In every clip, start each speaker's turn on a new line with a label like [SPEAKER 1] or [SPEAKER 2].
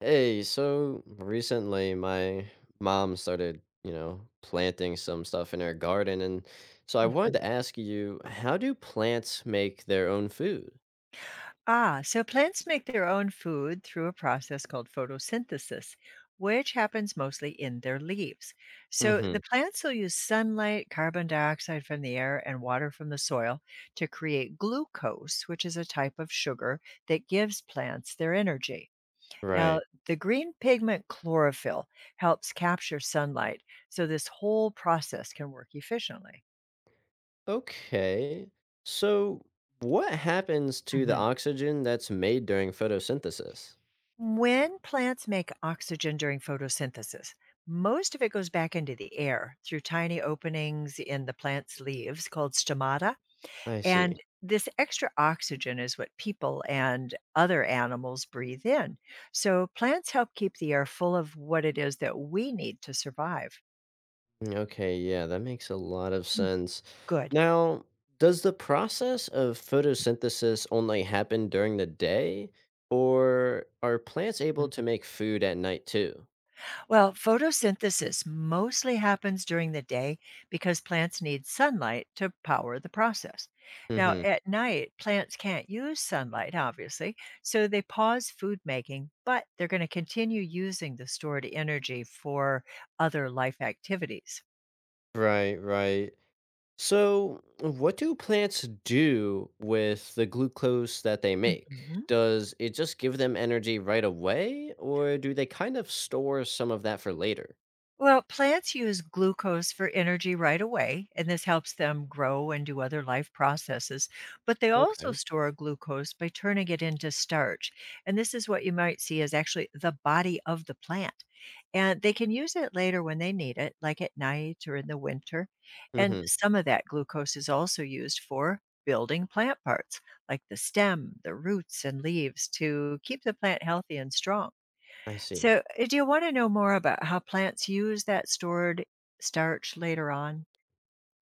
[SPEAKER 1] Hey, so recently my mom started, you know, planting some stuff in her garden. And so I wanted
[SPEAKER 2] Mhm.
[SPEAKER 1] to ask you, how do plants make their own food?
[SPEAKER 2] So plants make their own food through a process called photosynthesis, which happens mostly in their leaves. So the
[SPEAKER 1] hmm
[SPEAKER 2] plants will use sunlight, carbon dioxide from the air, and water from the soil to create glucose, which is a type of sugar that gives plants their energy. Now,
[SPEAKER 1] Right.
[SPEAKER 2] the green pigment chlorophyll helps capture sunlight, so this whole process can work efficiently.
[SPEAKER 1] Okay. So what happens to the
[SPEAKER 2] Mhm.
[SPEAKER 1] oxygen that's made during photosynthesis?
[SPEAKER 2] When plants make oxygen during photosynthesis, most of it goes back into the air through tiny openings in the plant's leaves called stomata.
[SPEAKER 1] I see.
[SPEAKER 2] And this extra oxygen is what people and other animals breathe in. So plants help keep the air full of what it is that we need to survive.
[SPEAKER 1] Okay, yeah, that makes a lot of
[SPEAKER 2] Mm,
[SPEAKER 1] sense.
[SPEAKER 2] Good.
[SPEAKER 1] Now, does the process of photosynthesis only happen during the day, or are plants able to make food at night too?
[SPEAKER 2] Well, photosynthesis mostly happens during the day because plants need sunlight to power the process. Now,
[SPEAKER 1] hmm
[SPEAKER 2] at night, plants can't use sunlight, obviously, so they pause food making, but they're going to continue using the stored energy for other life activities.
[SPEAKER 1] Right, right. So, what do plants do with the glucose that they make?
[SPEAKER 2] Mhm.
[SPEAKER 1] Does it just give them energy right away, or do they kind of store some of that for later?
[SPEAKER 2] Well, plants use glucose for energy right away, and this helps them grow and do other life processes. But they also
[SPEAKER 1] Okay.
[SPEAKER 2] store glucose by turning it into starch. And this is what you might see as actually the body of the plant. And they can use it later when they need it, like at night or in the winter. And
[SPEAKER 1] hmm
[SPEAKER 2] some of that glucose is also used for building plant parts, like the stem, the roots, and leaves to keep the plant healthy and strong.
[SPEAKER 1] I see.
[SPEAKER 2] So, do you want to know more about how plants use that stored starch later on?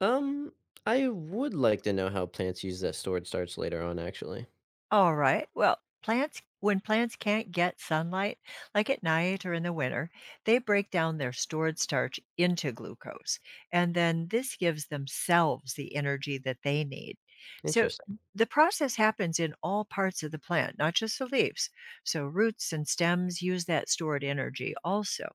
[SPEAKER 1] Um, I would like to know how plants use that stored starch later on, actually.
[SPEAKER 2] All right. Well, plants, when plants can't get sunlight, like at night or in the winter, they break down their stored starch into glucose. And then this gives themselves the energy that they need. So,
[SPEAKER 1] Interesting.
[SPEAKER 2] the process happens in all parts of the plant, not just the leaves. So, roots and stems use that stored energy also.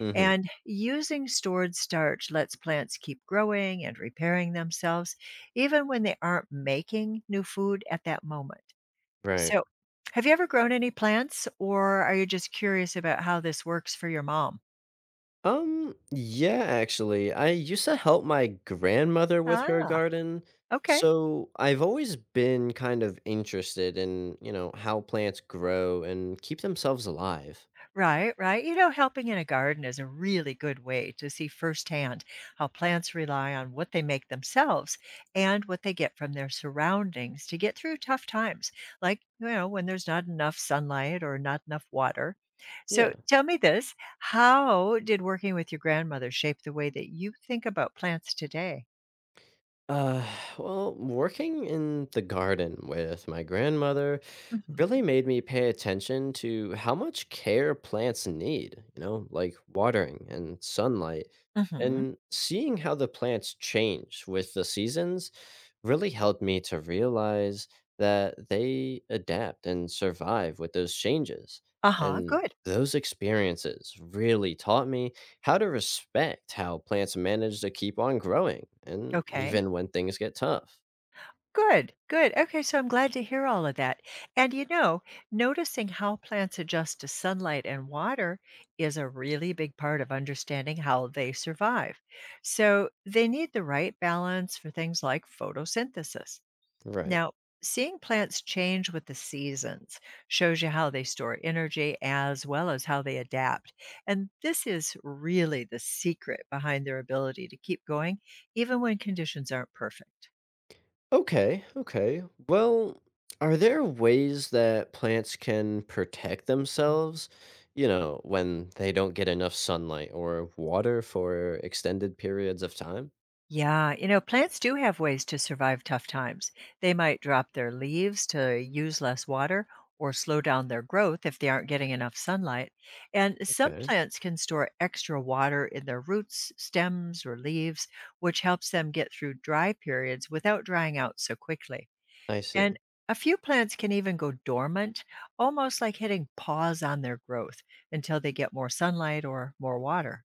[SPEAKER 1] Mm-hmm.
[SPEAKER 2] And using stored starch lets plants keep growing and repairing themselves, even when they aren't making new food at that moment.
[SPEAKER 1] Right.
[SPEAKER 2] So, have you ever grown any plants, or are you just curious about how this works for your mom?
[SPEAKER 1] Yeah, actually, I used to help my grandmother with her
[SPEAKER 2] Ah,
[SPEAKER 1] garden.
[SPEAKER 2] okay.
[SPEAKER 1] So I've always been kind of interested in, you know, how plants grow and keep themselves alive.
[SPEAKER 2] Right, right. You know, helping in a garden is a really good way to see firsthand how plants rely on what they make themselves and what they get from their surroundings to get through tough times, like, you know, when there's not enough sunlight or not enough water. So
[SPEAKER 1] Yeah.
[SPEAKER 2] tell me this. How did working with your grandmother shape the way that you think about plants today?
[SPEAKER 1] Uh, well, working in the garden with my grandmother really
[SPEAKER 2] Hmm.
[SPEAKER 1] made me pay attention to how much care plants need, you know, like watering and sunlight.
[SPEAKER 2] Hmm.
[SPEAKER 1] And seeing how the plants change with the seasons really helped me to realize that they adapt and survive with those changes.
[SPEAKER 2] Uh huh.
[SPEAKER 1] And
[SPEAKER 2] Good.
[SPEAKER 1] those experiences really taught me how to respect how plants manage to keep on growing, and
[SPEAKER 2] Okay.
[SPEAKER 1] even when things get tough.
[SPEAKER 2] Good, good. Okay, so I'm glad to hear all of that. And you know, noticing how plants adjust to sunlight and water is a really big part of understanding how they survive. So they need the right balance for things like photosynthesis.
[SPEAKER 1] Right.
[SPEAKER 2] Now, seeing plants change with the seasons shows you how they store energy as well as how they adapt. And this is really the secret behind their ability to keep going, even when conditions aren't perfect.
[SPEAKER 1] Okay, okay. Well, are there ways that plants can protect themselves, you know, when they don't get enough sunlight or water for extended periods of time?
[SPEAKER 2] Yeah, you know, plants do have ways to survive tough times. They might drop their leaves to use less water or slow down their growth if they aren't getting enough sunlight. And some
[SPEAKER 1] Okay,
[SPEAKER 2] plants can store extra water in their roots, stems, or leaves, which helps them get through dry periods without drying out so quickly.
[SPEAKER 1] I see.
[SPEAKER 2] And a few plants can even go dormant, almost like hitting pause on their growth until they get more sunlight or more water.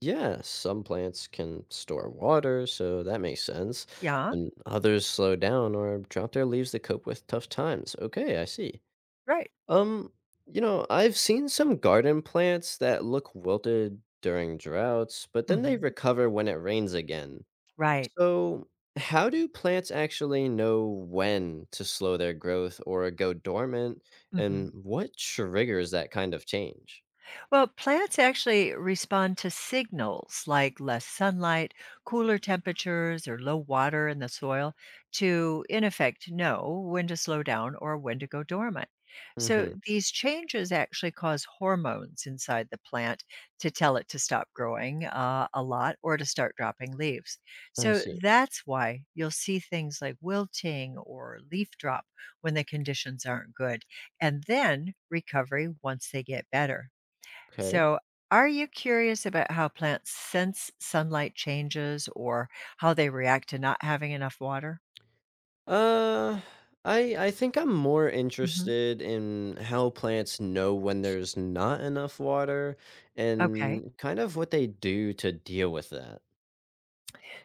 [SPEAKER 1] Yeah, some plants can store water, so that makes sense.
[SPEAKER 2] Yeah,
[SPEAKER 1] And others slow down or drop their leaves to cope with tough times. Okay, I see.
[SPEAKER 2] right.
[SPEAKER 1] Um, you know, I've seen some garden plants that look wilted during droughts, but then they
[SPEAKER 2] Hmm.
[SPEAKER 1] recover when it rains again.
[SPEAKER 2] Right.
[SPEAKER 1] So, how do plants actually know when to slow their growth or go dormant,
[SPEAKER 2] Hmm.
[SPEAKER 1] and what triggers that kind of change?
[SPEAKER 2] Well, plants actually respond to signals like less sunlight, cooler temperatures, or low water in the soil to, in effect, know when to slow down or when to go dormant. So
[SPEAKER 1] Mm-hmm.
[SPEAKER 2] these changes actually cause hormones inside the plant to tell it to stop growing a lot or to start dropping leaves.
[SPEAKER 1] I
[SPEAKER 2] So
[SPEAKER 1] see.
[SPEAKER 2] that's why you'll see things like wilting or leaf drop when the conditions aren't good, and then recovery once they get better.
[SPEAKER 1] Okay.
[SPEAKER 2] So, are you curious about how plants sense sunlight changes or how they react to not having enough water?
[SPEAKER 1] Uh, I think I'm more
[SPEAKER 2] Hmm.
[SPEAKER 1] interested in how plants know when there's not enough water
[SPEAKER 2] Okay.
[SPEAKER 1] and kind of what they do to deal with that.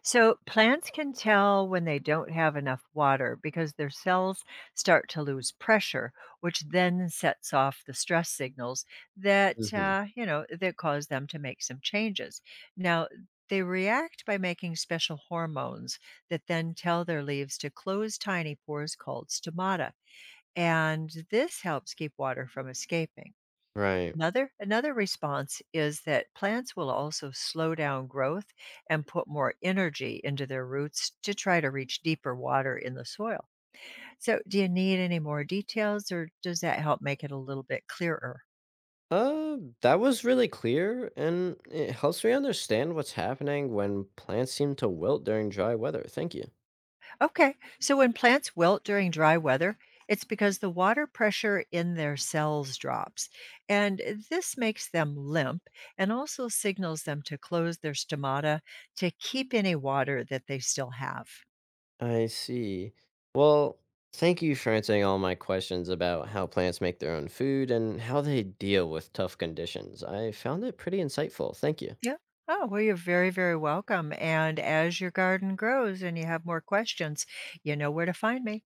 [SPEAKER 2] So, plants can tell when they don't have enough water because their cells start to lose pressure, which then sets off the stress signals that,
[SPEAKER 1] hmm
[SPEAKER 2] uh, you know, that cause them to make some changes. Now, they react by making special hormones that then tell their leaves to close tiny pores called stomata. And this helps keep water from escaping.
[SPEAKER 1] Right.
[SPEAKER 2] Another response is that plants will also slow down growth and put more energy into their roots to try to reach deeper water in the soil. So, do you need any more details or does that help make it a little bit clearer?
[SPEAKER 1] That was really clear, and it helps me understand what's happening when plants seem to wilt during dry weather. Thank you.
[SPEAKER 2] Okay. So when plants wilt during dry weather, it's because the water pressure in their cells drops. And this makes them limp and also signals them to close their stomata to keep any water that they still have.
[SPEAKER 1] I see. Well, thank you for answering all my questions about how plants make their own food and how they deal with tough conditions. I found it pretty insightful. Thank you.
[SPEAKER 2] Yeah. Oh, well, you're very, very welcome. And as your garden grows and you have more questions, you know where to find me.